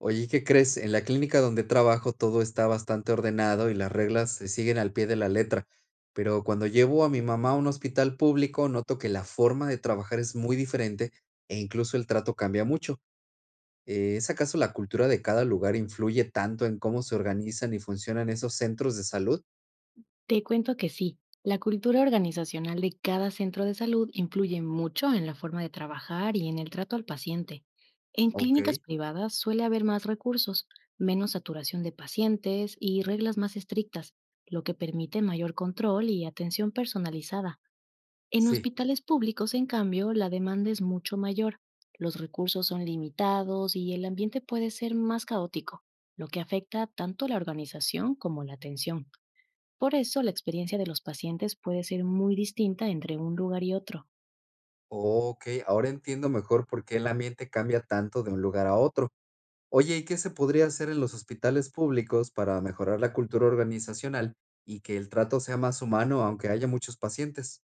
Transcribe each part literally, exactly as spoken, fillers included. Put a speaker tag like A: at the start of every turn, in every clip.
A: Oye, ¿qué crees? En la clínica donde trabajo todo está bastante ordenado y las reglas se siguen al pie de la letra, pero cuando llevo a mi mamá a un hospital público noto que la forma de trabajar es muy diferente e incluso el trato cambia mucho. Eh, ¿Es acaso la cultura de cada lugar influye tanto en cómo se organizan y funcionan esos centros de salud?
B: Te cuento que sí, la cultura organizacional de cada centro de salud influye mucho en la forma de trabajar y en el trato al paciente. En
A: Ok,
B: clínicas privadas suele haber más recursos, menos saturación de pacientes y reglas más estrictas, lo que permite mayor control y atención personalizada. En
A: sí.
B: hospitales públicos, en cambio, la demanda es mucho mayor, los recursos son limitados y el ambiente puede ser más caótico, lo que afecta tanto la organización como la atención. Por eso, la experiencia de los pacientes puede ser muy distinta entre un lugar y otro.
A: Ok, ahora entiendo mejor por qué el ambiente cambia tanto de un lugar a otro. Oye, ¿y qué se podría hacer en los hospitales públicos para mejorar la cultura organizacional y que el trato sea más humano aunque haya muchos pacientes?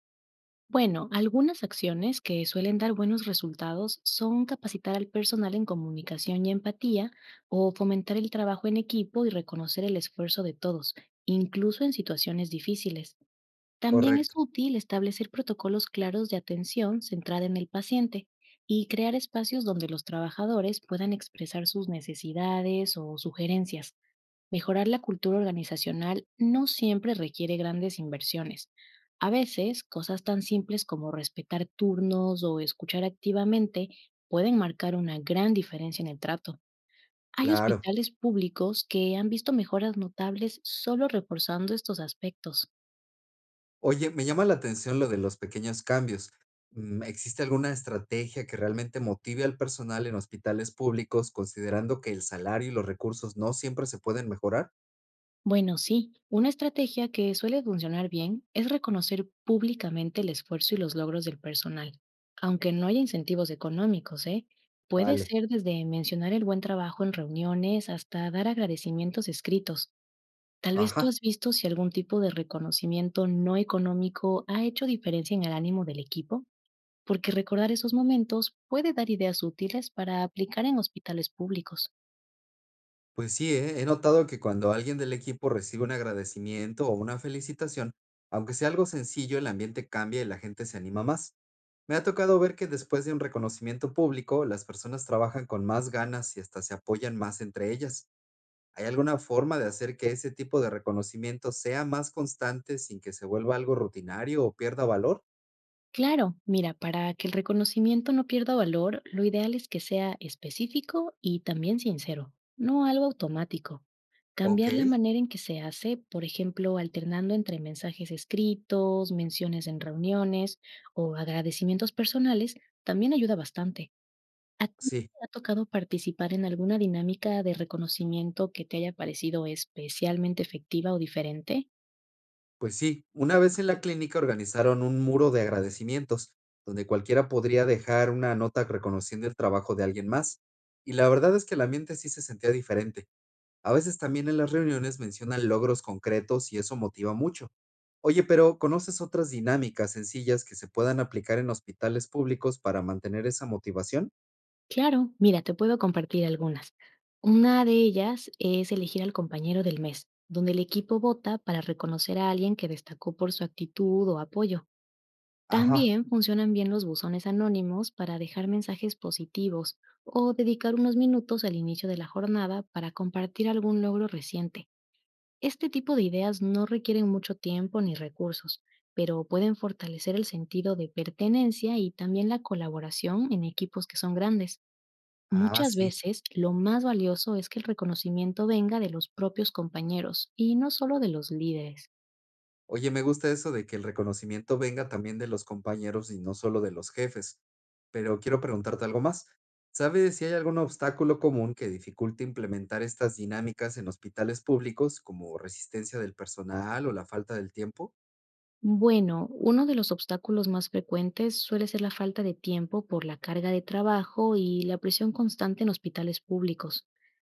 B: Bueno, algunas acciones que suelen dar buenos resultados son capacitar al personal en comunicación y empatía o fomentar el trabajo en equipo y reconocer el esfuerzo de todos, incluso en situaciones difíciles. También es
A: Correcto,
B: útil establecer protocolos claros de atención centrada en el paciente y crear espacios donde los trabajadores puedan expresar sus necesidades o sugerencias. Mejorar la cultura organizacional no siempre requiere grandes inversiones. A veces, cosas tan simples como respetar turnos o escuchar activamente pueden marcar una gran diferencia en el trato. Hay
A: claro.
B: hospitales públicos que han visto mejoras notables solo reforzando estos aspectos.
A: Oye, me llama la atención lo de los pequeños cambios. Mm, ¿Existe alguna estrategia que realmente motive al personal en hospitales públicos considerando que el salario y los recursos no siempre se pueden mejorar?
B: Bueno, sí, una estrategia que suele funcionar bien es reconocer públicamente el esfuerzo y los logros del personal, aunque no haya incentivos económicos, ¿eh? Puede
A: Vale.
B: ser desde mencionar el buen trabajo en reuniones hasta dar agradecimientos escritos. Tal vez tú
A: Ajá.
B: has visto si algún tipo de reconocimiento no económico ha hecho diferencia en el ánimo del equipo, porque recordar esos momentos puede dar ideas útiles para aplicar en hospitales públicos.
A: Pues sí, ¿eh? He notado que cuando alguien del equipo recibe un agradecimiento o una felicitación, aunque sea algo sencillo, el ambiente cambia y la gente se anima más. Me ha tocado ver que después de un reconocimiento público, las personas trabajan con más ganas y hasta se apoyan más entre ellas. ¿Hay alguna forma de hacer que ese tipo de reconocimiento sea más constante sin que se vuelva algo rutinario o pierda valor?
B: Claro, mira, para que el reconocimiento no pierda valor, lo ideal es que sea específico y también sincero, no algo automático.
A: Ok,
B: Cambiar la manera en que se hace, por ejemplo, alternando entre mensajes escritos, menciones en reuniones o agradecimientos personales, también ayuda bastante. ¿A ti
A: sí.
B: te ha tocado participar en alguna dinámica de reconocimiento que te haya parecido especialmente efectiva o diferente?
A: Pues sí, una vez en la clínica organizaron un muro de agradecimientos, donde cualquiera podría dejar una nota reconociendo el trabajo de alguien más. Y la verdad es que el ambiente sí se sentía diferente. A veces también en las reuniones mencionan logros concretos y eso motiva mucho. Oye, pero ¿conoces otras dinámicas sencillas que se puedan aplicar en hospitales públicos para mantener esa motivación?
B: Claro, mira, te puedo compartir algunas. Una de ellas es elegir al compañero del mes, donde el equipo vota para reconocer a alguien que destacó por su actitud o apoyo.
A: Ajá.
B: También funcionan bien los buzones anónimos para dejar mensajes positivos o dedicar unos minutos al inicio de la jornada para compartir algún logro reciente. Este tipo de ideas no requieren mucho tiempo ni recursos, pero pueden fortalecer el sentido de pertenencia y también la colaboración en equipos que son grandes.
A: Ah,
B: Muchas
A: sí.
B: veces lo más valioso es que el reconocimiento venga de los propios compañeros y no solo de los líderes.
A: Oye, me gusta eso de que el reconocimiento venga también de los compañeros y no solo de los jefes. Pero quiero preguntarte algo más. ¿Sabes si hay algún obstáculo común que dificulte implementar estas dinámicas en hospitales públicos, como resistencia del personal o la falta del tiempo?
B: Bueno, uno de los obstáculos más frecuentes suele ser la falta de tiempo por la carga de trabajo y la presión constante en hospitales públicos.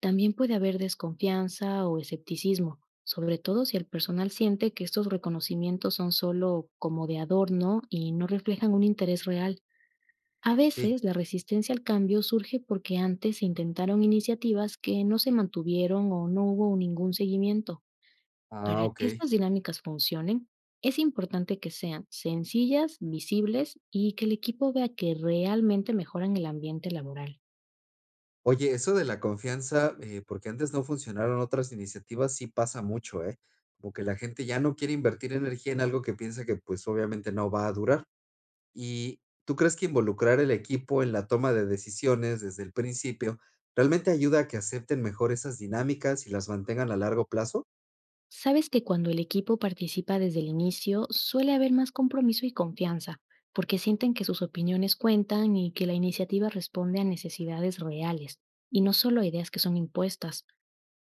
B: También puede haber desconfianza o escepticismo, sobre todo si el personal siente que estos reconocimientos son solo como de adorno y no reflejan un interés real. A
A: Sí.
B: veces la resistencia al cambio surge porque antes se intentaron iniciativas que no se mantuvieron o no hubo ningún seguimiento.
A: Ah,
B: Para
A: ok.
B: que estas dinámicas funcionen, es importante que sean sencillas, visibles y que el equipo vea que realmente mejoran el ambiente laboral.
A: Oye, eso de la confianza, eh, porque antes no funcionaron otras iniciativas, sí pasa mucho, ¿eh? Como que la gente ya no quiere invertir energía en algo que piensa que pues obviamente no va a durar. ¿Y tú crees que involucrar el equipo en la toma de decisiones desde el principio realmente ayuda a que acepten mejor esas dinámicas y las mantengan a largo plazo?
B: Sabes que cuando el equipo participa desde el inicio suele haber más compromiso y confianza, porque sienten que sus opiniones cuentan y que la iniciativa responde a necesidades reales, y no solo a ideas que son impuestas.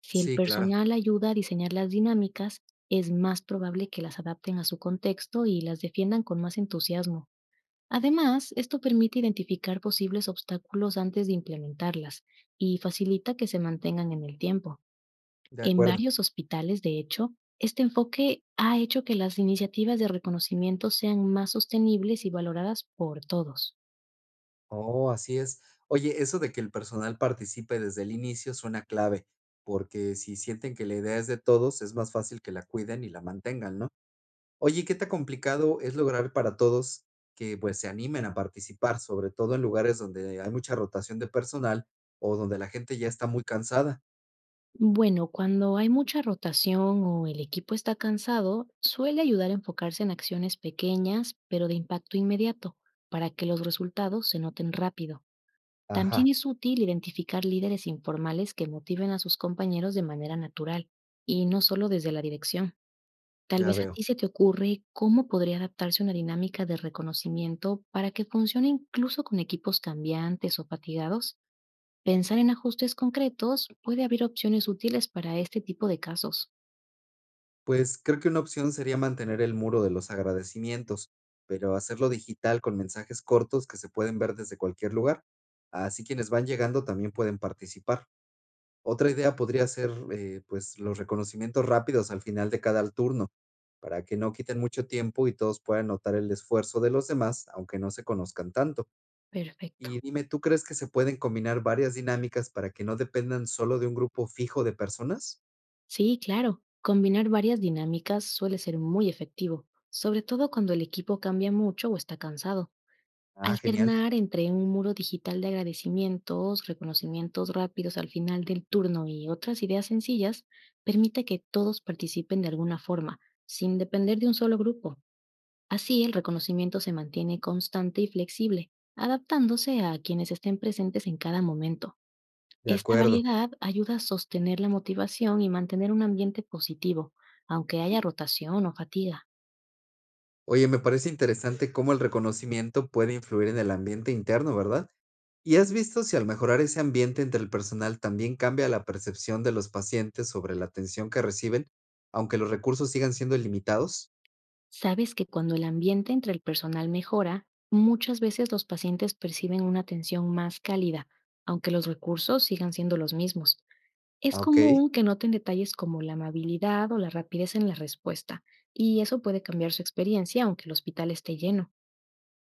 B: Si el
A: Sí, claro,
B: personal ayuda a diseñar las dinámicas, es más probable que las adapten a su contexto y las defiendan con más entusiasmo. Además, esto permite identificar posibles obstáculos antes de implementarlas y facilita que se mantengan en el tiempo.
A: de
B: En
A: acuerdo.
B: varios hospitales, de hecho, este enfoque ha hecho que las iniciativas de reconocimiento sean más sostenibles y valoradas por todos.
A: Oh, así es. Oye, eso de que el personal participe desde el inicio suena clave, porque si sienten que la idea es de todos, es más fácil que la cuiden y la mantengan, ¿no? Oye, ¿qué tan complicado es lograr para todos que pues se animen a participar, sobre todo en lugares donde hay mucha rotación de personal o donde la gente ya está muy cansada?
B: Bueno, cuando hay mucha rotación o el equipo está cansado, suele ayudar a enfocarse en acciones pequeñas, pero de impacto inmediato, para que los resultados se noten rápido.
A: Ajá,
B: También es útil identificar líderes informales que motiven a sus compañeros de manera natural y no solo desde la dirección. Tal
A: ya
B: vez a
A: veo.
B: ti se te ocurre cómo podría adaptarse una dinámica de reconocimiento para que funcione incluso con equipos cambiantes o fatigados. Pensar en ajustes concretos puede abrir opciones útiles para este tipo de casos.
A: Pues creo que una opción sería mantener el muro de los agradecimientos, pero hacerlo digital con mensajes cortos que se pueden ver desde cualquier lugar. Así quienes van llegando también pueden participar. Otra idea podría ser, eh, pues, los reconocimientos rápidos al final de cada turno, para que no quiten mucho tiempo y todos puedan notar el esfuerzo de los demás, aunque no se conozcan tanto.
B: Perfecto.
A: Y dime, ¿tú crees que se pueden combinar varias dinámicas para que no dependan solo de un grupo fijo de personas?
B: Sí, claro. Combinar varias dinámicas suele ser muy efectivo, sobre todo cuando el equipo cambia mucho o está cansado.
A: Ah, genial.
B: Alternar entre un muro digital de agradecimientos, reconocimientos rápidos al final del turno y otras ideas sencillas permite que todos participen de alguna forma, sin depender de un solo grupo. Así el reconocimiento se mantiene constante y flexible, adaptándose a quienes estén presentes en cada momento.
A: De
B: Esta
A: acuerdo.
B: variedad ayuda a sostener la motivación y mantener un ambiente positivo, aunque haya rotación o fatiga.
A: Oye, me parece interesante cómo el reconocimiento puede influir en el ambiente interno, ¿verdad? ¿Y has visto si al mejorar ese ambiente entre el personal también cambia la percepción de los pacientes sobre la atención que reciben, aunque los recursos sigan siendo limitados?
B: Sabes que cuando el ambiente entre el personal mejora, muchas veces los pacientes perciben una atención más cálida, aunque los recursos sigan siendo los mismos. Es
A: Ah, ok.
B: común que noten detalles como la amabilidad o la rapidez en la respuesta, y eso puede cambiar su experiencia aunque el hospital esté lleno.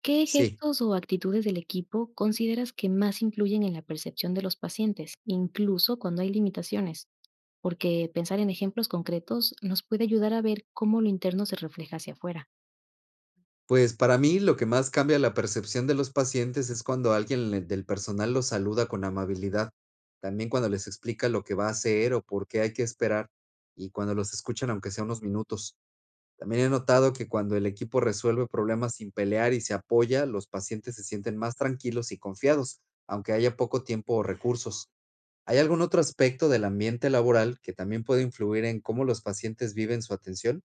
B: ¿Qué
A: Sí.
B: gestos o actitudes del equipo consideras que más influyen en la percepción de los pacientes, incluso cuando hay limitaciones? Porque pensar en ejemplos concretos nos puede ayudar a ver cómo lo interno se refleja hacia afuera.
A: Pues para mí lo que más cambia la percepción de los pacientes es cuando alguien le- del personal los saluda con amabilidad, también cuando les explica lo que va a hacer o por qué hay que esperar, y cuando los escuchan aunque sea unos minutos. También he notado que cuando el equipo resuelve problemas sin pelear y se apoya, los pacientes se sienten más tranquilos y confiados, aunque haya poco tiempo o recursos. ¿Hay algún otro aspecto del ambiente laboral que también puede influir en cómo los pacientes viven su atención?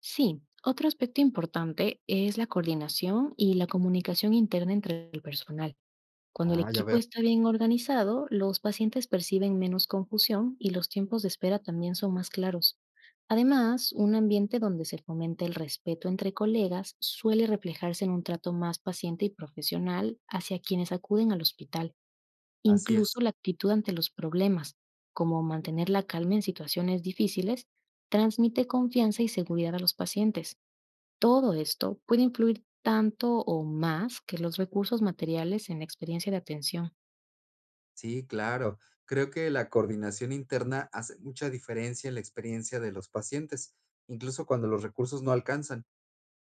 B: Sí, otro aspecto importante es la coordinación y la comunicación interna entre el personal. Cuando el
A: Ah, ya
B: equipo
A: veo.
B: está bien organizado, los pacientes perciben menos confusión y los tiempos de espera también son más claros. Además, un ambiente donde se fomente el respeto entre colegas suele reflejarse en un trato más paciente y profesional hacia quienes acuden al hospital,
A: Así
B: incluso
A: es.
B: la actitud ante los problemas, como mantener la calma en situaciones difíciles, transmite confianza y seguridad a los pacientes. Todo esto puede influir tanto o más que los recursos materiales en la experiencia de atención.
A: Sí, claro. Creo que la coordinación interna hace mucha diferencia en la experiencia de los pacientes, incluso cuando los recursos no alcanzan.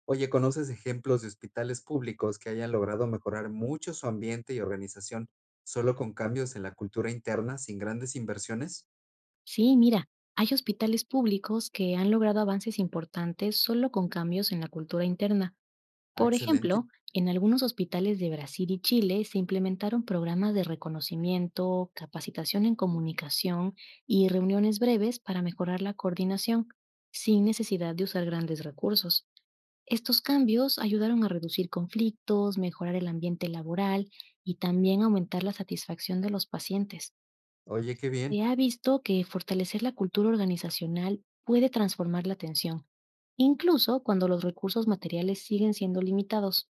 A: Oye, ¿conoces ejemplos de hospitales públicos que hayan logrado mejorar mucho su ambiente y organización solo con cambios en la cultura interna sin grandes inversiones?
B: Sí, mira, hay hospitales públicos que han logrado avances importantes solo con cambios en la cultura interna.
A: Ah,
B: Por
A: excelente.
B: ejemplo, en algunos hospitales de Brasil y Chile se implementaron programas de reconocimiento, capacitación en comunicación y reuniones breves para mejorar la coordinación, sin necesidad de usar grandes recursos. Estos cambios ayudaron a reducir conflictos, mejorar el ambiente laboral y también aumentar la satisfacción de los pacientes.
A: Oye, qué bien.
B: Se ha visto que fortalecer la cultura organizacional puede transformar la atención, incluso cuando los recursos materiales siguen siendo limitados.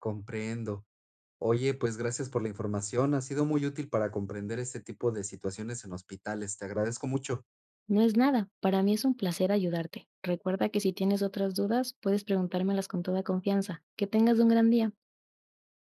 A: Comprendo. Oye, pues gracias por la información. Ha sido muy útil para comprender este tipo de situaciones en hospitales. Te agradezco mucho.
B: No es nada, para mí es un placer ayudarte. Recuerda que si tienes otras dudas, puedes preguntármelas con toda confianza. Que tengas un gran día.